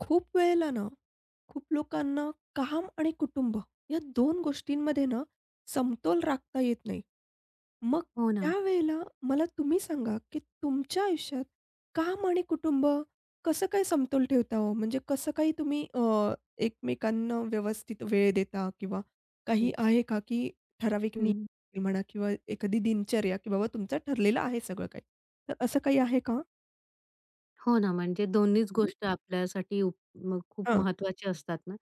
खूप वेळेला ना, खूप लोकांना काम आणि कुटुंब या दोन गोष्टींमध्ये ना, समतोल राखता येत नाही. मग हो ना. त्यावेळेला मला तुम्ही सांगा, की तुमच्या आयुष्यात काम आणि कुटुंब कसं काय समतोल ठेवता हो? म्हणजे कसं काही तुम्ही एकमेकांना व्यवस्थित वेळ देता किंवा हं, काही आहे का, की ठराविक हं. नियम म्हणा किंवा एखादी दिनचर्या, की बाबा तुमचं ठरलेलं आहे सगळं काही. तर असं काही आहे का? हो ना, म्हणजे दोन्हीच हं. गोष्ट आपल्यासाठी उप मग खूप हां. महत्त्वाच्या असतात ना.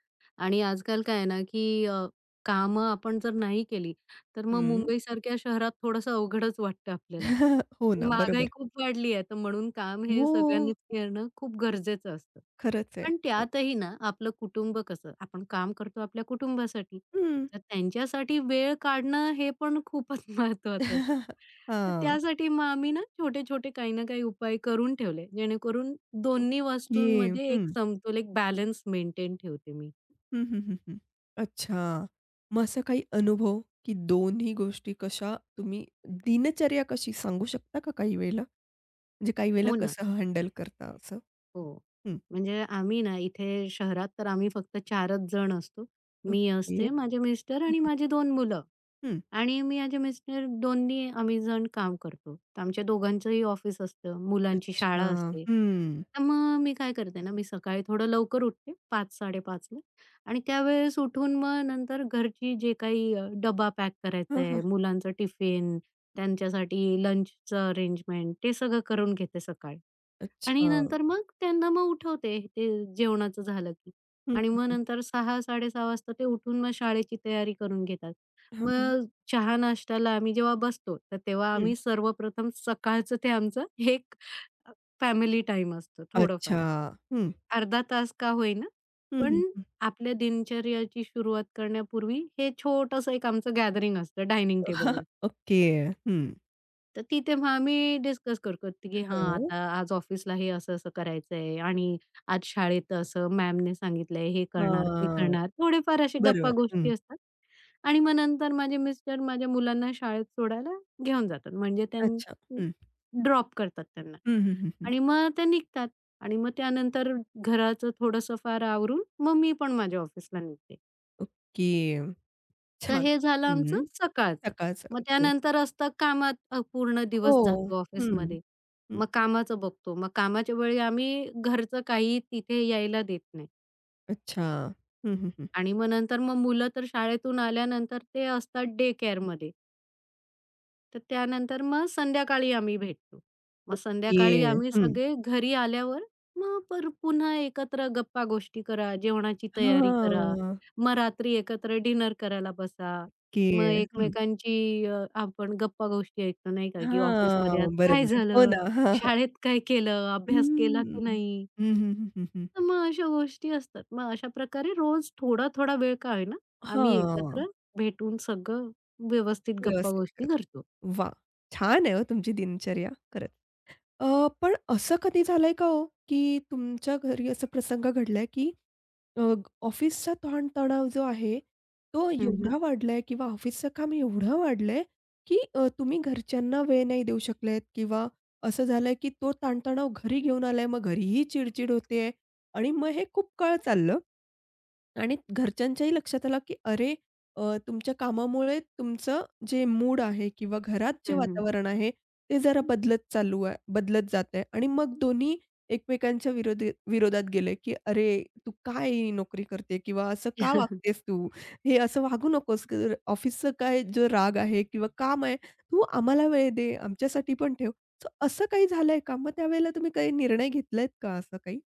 आणि आजकाल काय आहे ना, की कामं आपण जर नाही केली, तर मग हं. मुंबईसारख्या शहरात थोडंसं अवघडच वाटतं आपल्याला. हो आणि ना. महागाई बरोबर. खूप वाढली आहे, तर म्हणून काम हे हो, सगळ्यांनीच करणं खूप गरजेचं असतं. खरंच आहे. पण हो. त्यातही ना, आपलं कुटुंब कसं आपण काम करतो आपल्या कुटुंबासाठी, हं. तर त्यांच्यासाठी वेळ काढणं हे पण खूपच महत्त्वाचं असतं. तर हां. त्यासाठी मग आम्ही ना छोटे-छोटे काही ना काही उपाय करून ठेवले, जेणेकरून दोन्ही ओके. वस्तूंमध्ये एक हं. समतोल, एक बॅलन्स मेंटेन ठेवते मी. हं, हं, हं, हं. अच्छा. मग असा काही अनुभव, की दोन्ही गोष्टी कशा तुम्ही दिनचर्या कशी सांगू शकता का काही वेळेला? म्हणजे काही वेळेला हो ना. कसं हँडल करता असं? हो. हं. म्हणजे आम्ही ना इथे शहरात तर आम्ही फक्त 4च जण असतो. मी ओके. हं, असते, माझे मिस्टर आणि हं. माझी दोन मुलं. हं. आणि मी माझे मिस्टर दोन्ही आम्ही जण काम करतो. तर आमच्या दोघांचंही ऑफिस असतं, मुलांची शाळा अच्छा. असते. हं. तर मग मी काय करते ना, मी सकाळी थोडं लवकर उठते 5:00-5:30 ला आणि त्यावेळेस उठून मग नंतर घरची जे काही डब्बा पॅक करायचा हां, आहे, हां. मुलांचं टिफिन, त्यांच्यासाठी लंचचं अरेंजमेंट ते सगळं करून घेते सकाळी. आणि अच्छा. नंतर मग त्यांना मग उठवते ते जेवणाचं झालं की. हं, आणि हं, मग हं. नंतर 6-6:30 वाजता ते उठून मग शाळेची तयारी करून घेतात. हां, हां. मग चहा नाश्त्याला आम्ही जेव्हा बसतो, तर तेव्हा हं. आम्ही सर्वप्रथम सकाळचं ते आमचं एक अ, फॅमिली टाईम असतो थोडंफार. अच्छा. हं. अर्धा तास का होईना, हं, पण हं, हं. आपल्या दिनचर्याची सुरुवात करण्यापूर्वी हे छोटंसं एक आमचं गॅदरिंग असतं डायनिंग टेबलवर. ओके. हं. तर ती तेव्हा आम्ही डिस्कस करतो, की हां, हां. आता आज ऑफिसला हे असं-असं करायचंय आणि आज शाळेत असं मॅमने सांगितलंय, हे करणार, ते हां. करणार. थोडेफार असे बरोबर. गप्पा-गोष्टी हं. असतात आणि मग नंतर माझे मिस्टर माझ्या मुलांना शाळेत सोडायला घेऊन जातात. म्हणजे अच्छा. त्यां हं. ड्रॉप करतात त्यांना हं, हं, हं, हं. आणि मग ते निघतात आणि मग त्यानंतर घराचं थोडंसं फार आवरून मग मी पण माझ्या ऑफिसला निघते. ओके. तर छान. हे झालं आमचं हं. सकाळचं. सकाळचं. मग ओके. त्यानंतर असतं कामात पूर्ण हो. दिवस जातो हं. ऑफिसमध्ये. हं. मग कामाचं बघतो. मग कामाच्या वेळी आम्ही घरचं काही तिथे यायला देत नाही अच्छा. हं, हं, हं. आणि मग नंतर मग मुलं तर शाळेतून आल्यानंतर ते असतात डे केअरमध्ये. तर त्यानंतर मग संध्याकाळी आम्ही भेटतो. मग ओके. संध्याकाळी आम्ही हं. सगळे घरी आल्यावर मग पर पुन्हा एकत्र गप्पा-गोष्टी करा, जेवणाची तयारी करा. हां. मग रात्री एकत्र डिनर करायला बसा. ओके. मग हं. एकमेकांची आपण गप्पा-गोष्टी ऐकतो नाही का, की ऑफिसमध्ये आज हां. काय बरोबर. हो झालं? ना. हां, हां. शाळेत काय केलं? अभ्यास केला हं. की नाही? हं, हं, हं, हं, हं. तर मग अशा गोष्टी असतात. मग अशा प्रकारे रोज थोडा-थोडा वेळ का होईना, आम्ही हां. एकत्र भेटून सगळं व्यवस्थित व्यवस्थित. गप्पा-गोष्टी करतो. वाह! छान आहे हो तुमची दिनचर्या खरंच. अ, पण असं कधी झालंय का हो, की तुमच्या घरी असा प्रसंग घडलाय की अ, ऑफिसचा ताणतणाव जो आहे, तो एवढा वाढलाय किंवा ऑफिसचं काम एवढं वाढलंय, की तुम्ही घरच्यांना वेळ नाही देऊ शकलेत किंवा असं झालंय, की तो ताणतणाव घरी घेऊन आलाय. मग घरीही चिड-चिड होतेय आणि मग हे खूप काळ चाललं. आणि घरच्यांच्याही लक्षात आलं, की अरे, तुमच्या कामामुळे तुमचं जे मूड आहे किंवा घरात जे हं, वातावरण आहे, ते जरा बदलत चालू आहे बदलत जातंय आणि मग दोन्ही एकमेकांच्या विरोधात गेले, की "अरे, तू काय ही नोकरी करते किंवा असं का वागतेस तू? हे असं वागू नकोस. ऑफिसचा काय जो राग आहे किंवा काम आहे, तू आम्हाला वेळ दे, आमच्यासाठी पण ठेव." सो असं काही झालंय का? मग त्यावेळेला तुम्ही काही निर्णय घेतलायत का असं काही?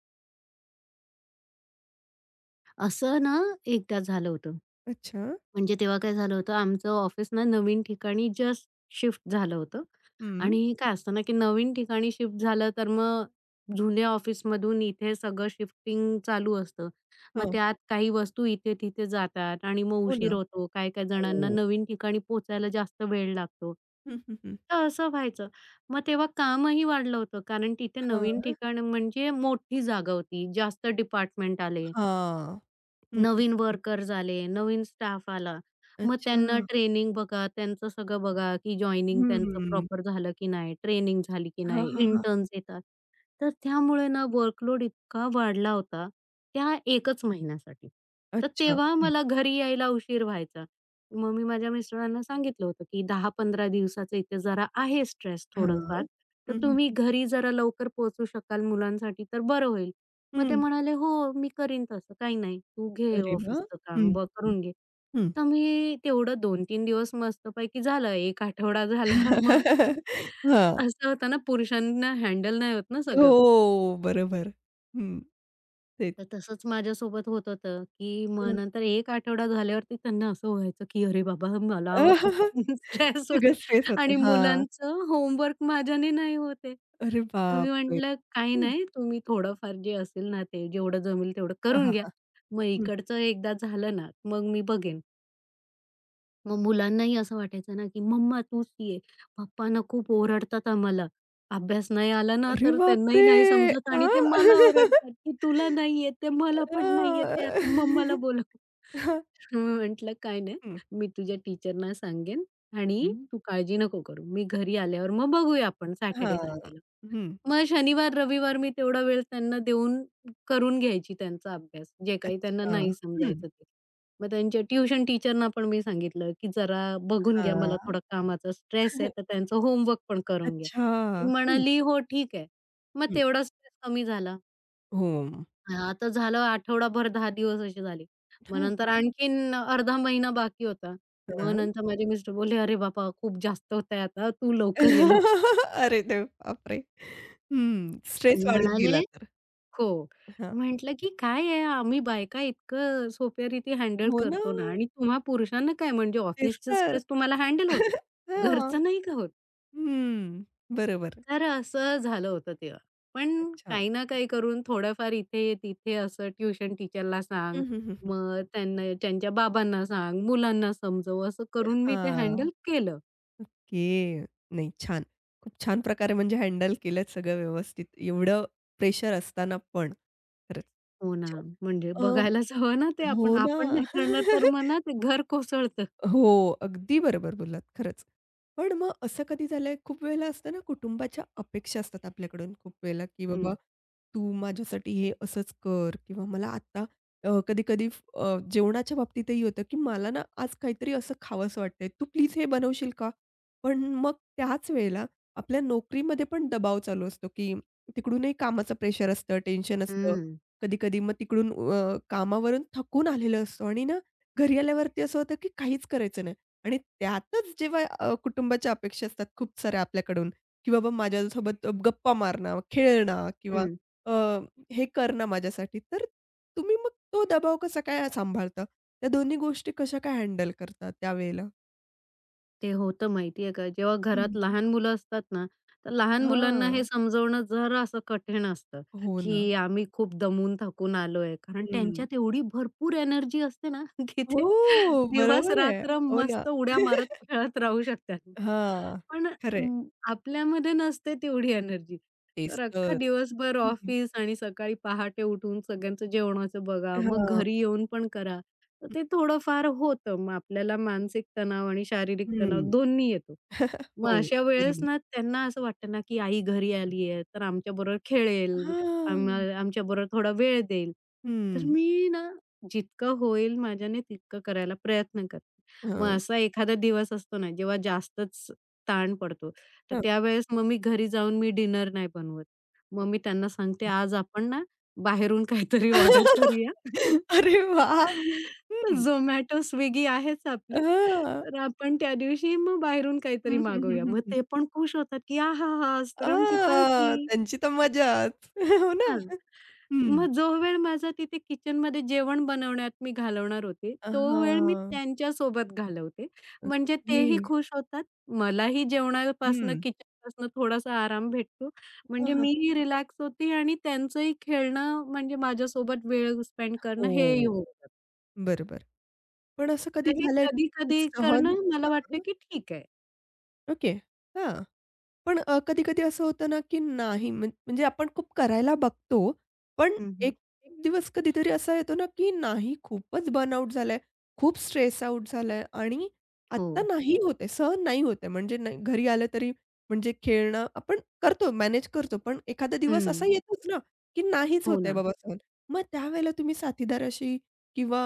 असं ना एकदा झालं होतं. अच्छा. म्हणजे तेव्हा काय झालं होतं, आमचं ऑफिस ना नवीन ठिकाणी जस्ट शिफ्ट झालं होतं हं. आणि काय असतं ना, की नवीन ठिकाणी शिफ्ट झालं तर मग जुन्या ऑफिसमधून इथे सगळं शिफ्टिंग चालू असतं. मग हां. त्यात काही वस्तू इथे-तिथे जातात आणि मग हो उशीर ना. होतो. काही-काही जणांना हो. नवीन ठिकाणी पोहोचायला जास्त वेळ लागतो. हं, हं, हं. तर असं व्हायचं. मग तेव्हा कामही वाढलं होतं कारण तिथे नवीन हां, ठिकाण म्हणजे मोठी जागा होती. जास्त डिपार्टमेंट आले. हां. हं. नवीन वर्कर्स आले, नवीन स्टाफ आला. मग अच्छा. त्यांना ट्रेनिंग बघा, त्यांचं सगळं बघा, की जॉइनिंग त्यांचं हं. प्रॉपर झालं की नाही, ट्रेनिंग झाली की हां, नाही, हां, हां. इंटर्न्स येतात. तर त्यामुळे ना वर्कलोड इतका वाढला होता, त्या 1च महिन्यासाठी. तर अच्छा. तेव्हा हं. मला घरी यायला उशीर व्हायचा. मग मी माझ्या मिस्टरांना सांगितलं होतं, की 10-15 दिवसाचं इथे जरा आहे स्ट्रेस थोडंफार, हां. तर हं, तुम्ही हं. घरी जरा लवकर पोहोचू शकाल मुलांसाठी तर बरं होईल. मग ते हं. म्हणाले, "हो, मी करीन तसं. काही नाही. तू घे अरे वाह! ऑफिसचं हं, काम ब हं, करून घे." हं. तर मी तेवढं 2-3 दिवस मस्तपैकी झालं. 1 आठवडा झाला. मग हां. असं होतं ना, पुरुषांना हँडल नाही होत ना सगळं. हो, बरोबर. हं, तेच. तर तसंच माझ्यासोबत होत होतं, की मग हं. नंतर 1 आठवडा झाल्यावरती त्यांना असं व्हायचं, की "अरे बाबा, मला खूप सगळं स्ट्रेस होतोय स्ट्रेस होते. आणि हां. मुलांचं होमवर्क माझ्याने नाही होते, आहे." अरे तर मी बापरे! म्हटलं, "काही हं. नाही, तुम्ही थोडंफार जे असेल ना, ते जेवढं जमेल तेवढं हां, करून हां, घ्या. हां. मग हं. इकडचं एकदा झालं ना, मग मी बघेन." मग मुलांनाही असं वाटायचं ना, की "मम्मा तूच ये." पप्पा ना खूप ओरडतात आम्हाला. अभ्यास नाही आला ना, अरे तर त्यांनाही बापरे! नाही समजत आ आणि ते मला ओरडतात, की "तुला नाही येत आहे, मला पण नाही येत हां. आहे, आता मम्माला बोलव." हां. हं, म्हटलं "काय नाही, हं, मी तुझ्या टीचरना सांगेन आणि हं. तू काळजी नको करू. मी घरी आल्यावर मग बघूया आपण सॅटर्डे हां. संडेला." हं. मग शनिवार, रविवार मी तेवढा वेळ त्यांना देऊन करून घ्यायची त्यांचा अभ्यास, जे काही त्यांना अच्छा. नाही हं. समजायचं ते. मग त्यांच्या ट्युशन टीचरना पण मी सांगितलं, की "जरा बघून घ्या, मला हां, थोडा कामाचा स्ट्रेस आहे, तर त्यांचं होमवर्क पण करून घ्या." अच्छा. ती हं, म्हणाली, "हो, ठीक आहे." मग हं. तेवढा स्ट्रेस कमी झाला. हो. आता झालं आठवडाभर 10 दिवस असे झाले. मग हां, नंतर आणखीन अर्धा महिना बाकी होता. मग हां. नंतर माझे मिस्टर बोलले, "अरे बाबा, खूप जास्त होतंय आता, तू लवकर ये लवकर." अरे देव! बापरे! हं, स्ट्रेस वाढत म्हणाले गेला तर. हो. हां. म्हटलं, की "काय आहे, आम्ही बायका इतकं सोप्यारीती हँडल हो ना, करतो ना आणि तुम्हा पुरुषांना काय म्हणजे तेच ऑफिसचं तर. स्ट्रेस तुम्हाला हँडल होतं. हां. घरचं नाही का होत?" हं, बरोबर. तर असं झालं होतं तेव्हा. पण अच्छा. काही ना काही करून थोडंफार इथे-तिथे असं ट्युशन टीचरला सांग, हं, हं, हं, हं. मग त्यांना त्यांच्या बाबांना सांग, मुलांना समजव, असं करून मी ते हां, हँडल केलं. ओके. नाही छान. खूप छान प्रकारे म्हणजे हँडल केलंत सगळं व्यवस्थित. एवढं प्रेशर असताना पण. खरंच, हो खूप ना, छान. म्हणजे अ, बघायलाच हवं ना ते आपण. हो आपण ना. नाही करणार तर मग ना ते घर कोसळतं. हो, अगदी बरोबर बोललात खरंच. पण मग असं कधी झालंय खूप वेळेला असतं ना कुटुंबाच्या अपेक्षा असतात आपल्याकडून खूप वेळेला, की बाबा हं. तू माझ्यासाठी हे असंच कर किंवा मला आता कधी-कधी जेवणाच्या बाबतीतही होतं, की मला ना आज काहीतरी असं खावंसं वाटतंय, तू प्लीज हे बनवशील का? पण मग त्याच वेळेला आपल्या नोकरीमध्ये पण दबाव चालू असतो, की तिकडूनही कामाचं प्रेशर असतं, टेन्शन असतं. हं, कधी-कधी मग तिकडून कामावरून थकून आलेलं असतो आणि ना घरी आल्यावरती असं होतं, की काहीच करायचं नाही आणि त्यातच जेव्हा कुटुंबाच्या अपेक्षा असतात खूप साऱ्या आपल्याकडून, की बाबा माझ्यासोबत गप्पा मारणं, खेळणं किंवा हं. अ, हे करणं माझ्यासाठी. तर तुम्ही मग तो दबाव कसा काय सांभाळता? त्या दोन्ही गोष्टी कशा काय हँडल करता त्यावेळेला? ते होतं माहिती आहे का, जेव्हा घरात हं, लहान मुलं असतात ना, तर लहान मुलांना हे हां. समजवणं जरा असं कठीण असतं, हो ना. की आम्ही खूप दमून थकून आलोय. कारण हं. त्यांच्यात एवढी भरपूर एनर्जी असते ना, की हो, ते बरोबर आहे. दिवस-रात्र हो ना. मस्त उड्या मारत खेळत राहू शकतात. हां, पण खरं आपल्यामध्ये नसते तेवढी एनर्जी. तेच तर अख्खा तर. दिवसभर हं, हं. ऑफिस आणि सकाळी पहाटे उठून सगळ्यांचं जेवणाचं बघा, मग हां. घरी येऊन पण करा. तर ते थोडंफार होतं. मग आपल्याला मानसिक तणाव आणि शारीरिक तणाव हं. दोन्ही येतो. मग हो, अशा वेळेस बरोबर. ना त्यांना असं वाटतं ना, की आई घरी आली आहे, तर आमच्याबरोबर खेळेल, आम्हा हां. आमच्याबरोबर थोडा वेळ देईल. तर हं. मी ना जितकं होईल माझ्याने तितकं करायला प्रयत्न करते. मग हां, असा एखादा दिवस असतो ना, जेव्हा जास्तच ताण पडतो, तर हां. त्यावेळेस मग मी घरी जाऊन मी डिनर नाही बनवत. मग मी ओके. त्यांना सांगते, "आज आपण ना बाहेरून काहीतरी ऑर्डर करूया." अरे वाह! तर हं. Zomato, Swiggy आहेच आपले. हां. तर आपण त्या दिवशी मग बाहेरून काहीतरी हं, हं, हं, मागवूया. हं, मग हं. ते पण खुश होतात, की आहाहा! आज तर आमची पार्टी. हां, त्यांची तर मजाच. हो ना? हां. हं. मग जो वेळ माझा तिथे किचनमध्ये जेवण बनवण्यात मी घालवणार होते, तो वेळ मी हां, त्यांच्या सोबत घालवते. म्हणजे ओके. तेही खुश होतात. मलाही जेवणापासनं, हं. किचनपासनं थोडासा आराम भेटतो. हां, म्हणजे हां, मीही रिलॅक्स होते आणि त्यांचंही खेळणं म्हणजे माझ्यासोबत वेळ स्पेंड करणं हेही हो, होतं. बरोबर. पण असं कधी तर हे झालंय की कधी-कधी सहन करणं मला वाटतं होता? की ठीक आहे. ओके. हां. पण कधी-कधी असं होतं ना, की नाही म्हणजे आपण खूप करायला बघतो. पण हं, हं. एक एक दिवस कधीतरी असा येतो ना, की नाही खूपच बर्नआउट झालाय, खूप स्ट्रेस आउट झालाय आणि हो. आत्ता नाही होत सहन नाही होत म्हणजे नाही घरी आलं तरी म्हणजे खेळणं आपण करतो, मॅनेज करतो. पण एखादा दिवस असा हं. येतोच ना, की नाहीच हो होत ना. बाबा सहन. मग त्यावेळेला तुम्ही साथीदाराशी किंवा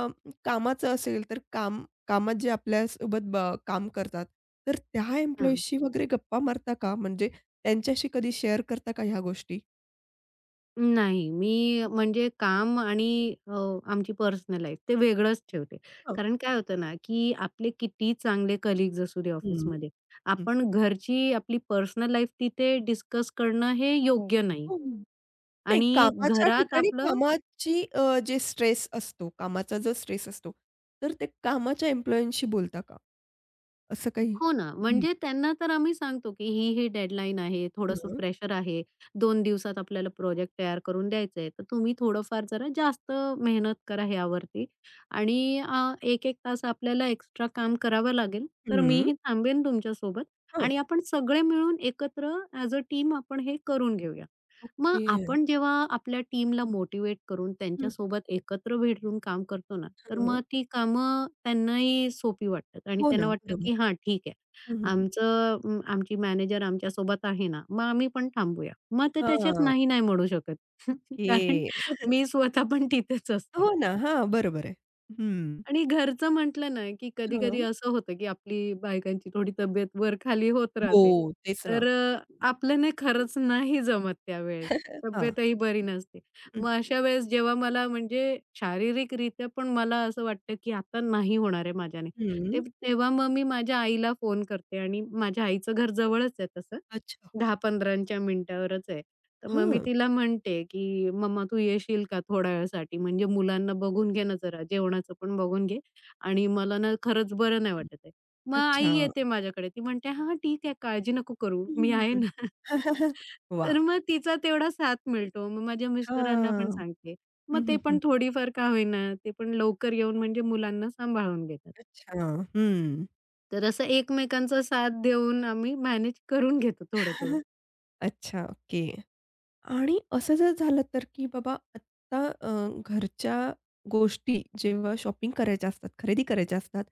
कामाचं असेल, तर कामात जे आपल्यासोबत काम करतात, तर त्या हां. एम्प्लॉईजशी वगैरे गप्पा मारता का? म्हणजे त्यांच्याशी कधी शेअर करता का ह्या गोष्टी? नाही, मी म्हणजे काम आणि अ, आमची पर्सनल लाईफ ते वेगळंच ठेवते. हां. कारण काय होतं ना, की आपले किती चांगले कलीग्ज असू दे हं. ऑफिसमध्ये, हं. आपण घरची आपली पर्सनल लाईफ तिथे डिस्कस करणं हे योग्य नाही हो, हो. नाही आणि कामाच्या घरात ठिकाणी आपलं कामाची जे स्ट्रेस असतो, कामाचा जो स्ट्रेस असतो, तर ते कामाच्या एम्प्लॉयींशी बोलता का? असं काही? हो ना, हं. म्हणजे त्यांना तर आम्ही सांगतो, की ही डेडलाईन आहे, थोडंसं हं. प्रेशर आहे. 2 दिवसात आपल्याला प्रोजेक्ट तयार करून द्यायचंय. तर तुम्ही थोडंफार जरा जास्त मेहनत करा ह्यावरती आणि एक एक तास आपल्याला एक्स्ट्रा काम करावं लागेल. तर हं. मीही थांबेन तुमच्यासोबत हं. आणि आपण सगळे मिळून एकत्र ॲज अ टीम आपण हे करून घेऊया. मग ओके. आपण जेव्हा आपल्या टीमला मोटिवेट करून हं. त्यांच्यासोबत एकत्र भेटून काम करतो ना, तर हां. मग ती कामं त्यांनाही सोपी वाटतात आणि हो त्यांना ना. वाटतं, बरोबर. की हां, ठीक आहे. हं, हं, हं. आमचं आमची मॅनेजर आमच्यासोबत आहे ना, मग आम्ही पण थांबूया. मग ते त्याच्यात हां. नाही, नाही म्हणू शकत. कारण ओके. मी स्वतः पण तिथेच असते. हो ना. हां. बरोबर आहे. हं. आणि घरचं म्हटलं ना, की कधी-कधी हां. असं होतं, की आपली बायकांची थोडी तब्येत वर-खाली होत राहते. हो, तेच ना. तर आपल्याने खरंच नाही जमत त्यावेळेस. हां. तब्येतही बरी नसते. हं, मग अशा वेळेस जेव्हा मला म्हणजे शारीरिकरित्या पण मला असं वाटतं, की आता नाही होणार आहे माझ्याने. ते हं. तेव्हा मग मी माझ्या आईला फोन करते आणि माझ्या आईचं घर जवळच आहे तसं. अच्छा. 10-15च्या मिनिटावरच आहे. तर मग मी हं. तिला म्हणते, की "मम्मा तू येशील का थोड्या वेळासाठी? म्हणजे मुलांना बघून घे ना जरा, जेवणाचं पण बघून घे आणि मला ना खरंच बरं नाही हं. वाटत आहे." मग आई अच्छा. येते माझ्याकडे. ती म्हणते, "हां, हां, ठीक आहे. काळजी नको करू. हं, मी हं, आहे हं. ना." वाह! तर मग तिचा तेवढा साथ मिळतो. मग माझ्या मिस्टरांना पण हां. सांगते. मग हं, ते हं, हं. पण थोडीफार का होईना, ते पण लवकर येऊन म्हणजे मुलांना सांभाळून घेतात. अच्छा. हं. तर असं एकमेकांचा साथ देऊन आम्ही मॅनेज करून घेतो थोडं-थोडं. अच्छा, ओके. आणि असं जर झालं तर, की बाबा आत्ता घरच्या गोष्टी जेव्हा शॉपिंग करायच्या असतात, खरेदी करायच्या असतात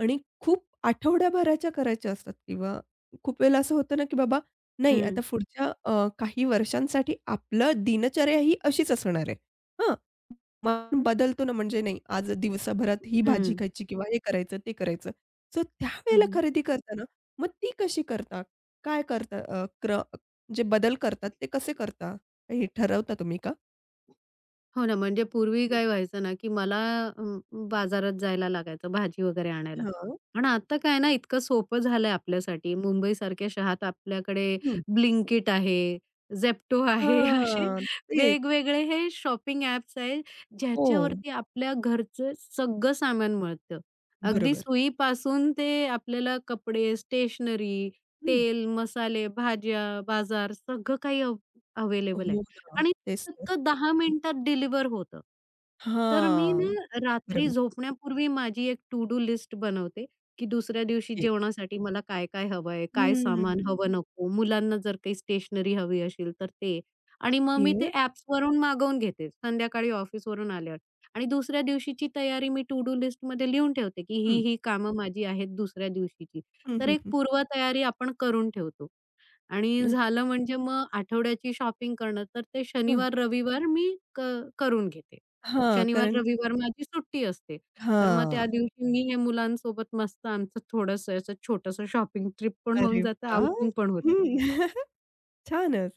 आणि खूप आठवड्याभराच्या करायच्या असतात किंवा खूप वेळेला असं होतं ना, की बाबा नाही हं. आता पुढच्या काही वर्षांसाठी आपलं दिनचर्या ही अशीच असणार आहे. हां, मन बदलतो ना, म्हणजे नाही आज दिवसाभरात ही भाजी हं. खायची किंवा हे करायचं, ते करायचं. सो हं, त्यावेळेला हं. खरेदी करताना मग ती कशी करता? काय करता? अ, क्र जे बदल करतात ते कसे करता? हे ठरवता तुम्ही का? हो ना, म्हणजे पूर्वी हं. काय व्हायचं ना, की मला अं, बाजारात जायला लागायचं भाजी वगैरे आणायला. हां. पण आता काय ना, इतकं सोपं झालंय आपल्यासाठी. मुंबईसारख्या शहरात आपल्याकडे हं. Blinkit आहे, Zepto आहे, असे हां. तेच. वेगवेगळे हे शॉपिंग ॲप्स आहे, हो. ज्याच्यावरती आपल्या घरचं सगळं सामान मिळतं. अगदी बरोबर. सुईपासून ते आपल्याला कपडे, स्टेशनरी, हं. तेल, मसाले, भाज्या, बाजार सगळं काही अवेलेबल आहे हो ना. आणि तेच तर. फक्त 10 मिनिटात डिलिव्हर होतं. तर मी ना हां. रात्री बरोबर. झोपण्यापूर्वी माझी एक टू डू लिस्ट बनवते, की दुसऱ्या दिवशी ओके. जेवणासाठी मला काय-काय हवंय, काय हं. सामान हवं नको, मुलांना जर काही स्टेशनरी हवी असेल तर ते आणि मग ओके. मी ते ॲप्सवरून मागवून घेते संध्याकाळी ऑफिसवरून आल्यावर आणि दुसऱ्या दिवशीची तयारी मी टू डू लिस्टमध्ये लिहून ठेवते, की ही, हं. ही कामं माझी आहेत दुसऱ्या दिवशीची. हं, तर हं, एक हं. पूर्वतयारी आपण करून ठेवतो. आणि अच्छा. झालं म्हणजे मग आठवड्याची शॉपिंग करणं, तर ते हं. शनिवार-रविवार मी क करून घेते. हां. कारण शनिवार-रविवार माझी सुट्टी असते. तर मग हां. त्या दिवशी मी हे मुलांसोबत मस्त आमचं थोडंसं असं छोटंसं शॉपिंग ट्रिप पण अरे होऊन जातं, वाह! आउटिंग पण होतं. हं. छानच.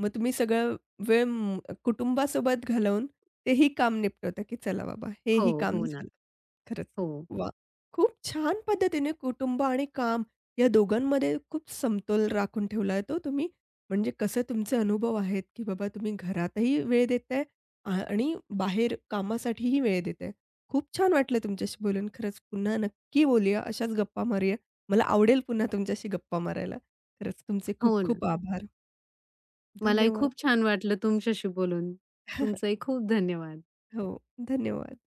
मग तुम्ही सगळं वेळ म कुटुंबासोबत घालवून तेही काम निपटवता, की चला बाबा हो, हेही काम हो ना. झालं. खरंच हो, वाह! खूप छान पद्धतीने कुटुंब आणि काम या दोघांमध्ये खूप समतोल राखून ठेवला आहे तो तुम्ही. म्हणजे कसं तुमचे अनुभव आहेत, की बाबा तुम्ही घरातही वेळ देताय आणि बाहेर कामासाठीही वेळ देताय. खूप छान वाटलं तुमच्याशी बोलून. खरंच पुन्हा नक्की बोलूया. अशाच गप्पा मारूया. मला आवडेल पुन्हा तुमच्याशी गप्पा मारायला. खरंच तुमचे खूप हो ना. खूप आभार. मलाही धन्यवाद. खूप छान वाटलं तुमच्याशी बोलून. तुमचंही खूप धन्यवाद. हो, धन्यवाद.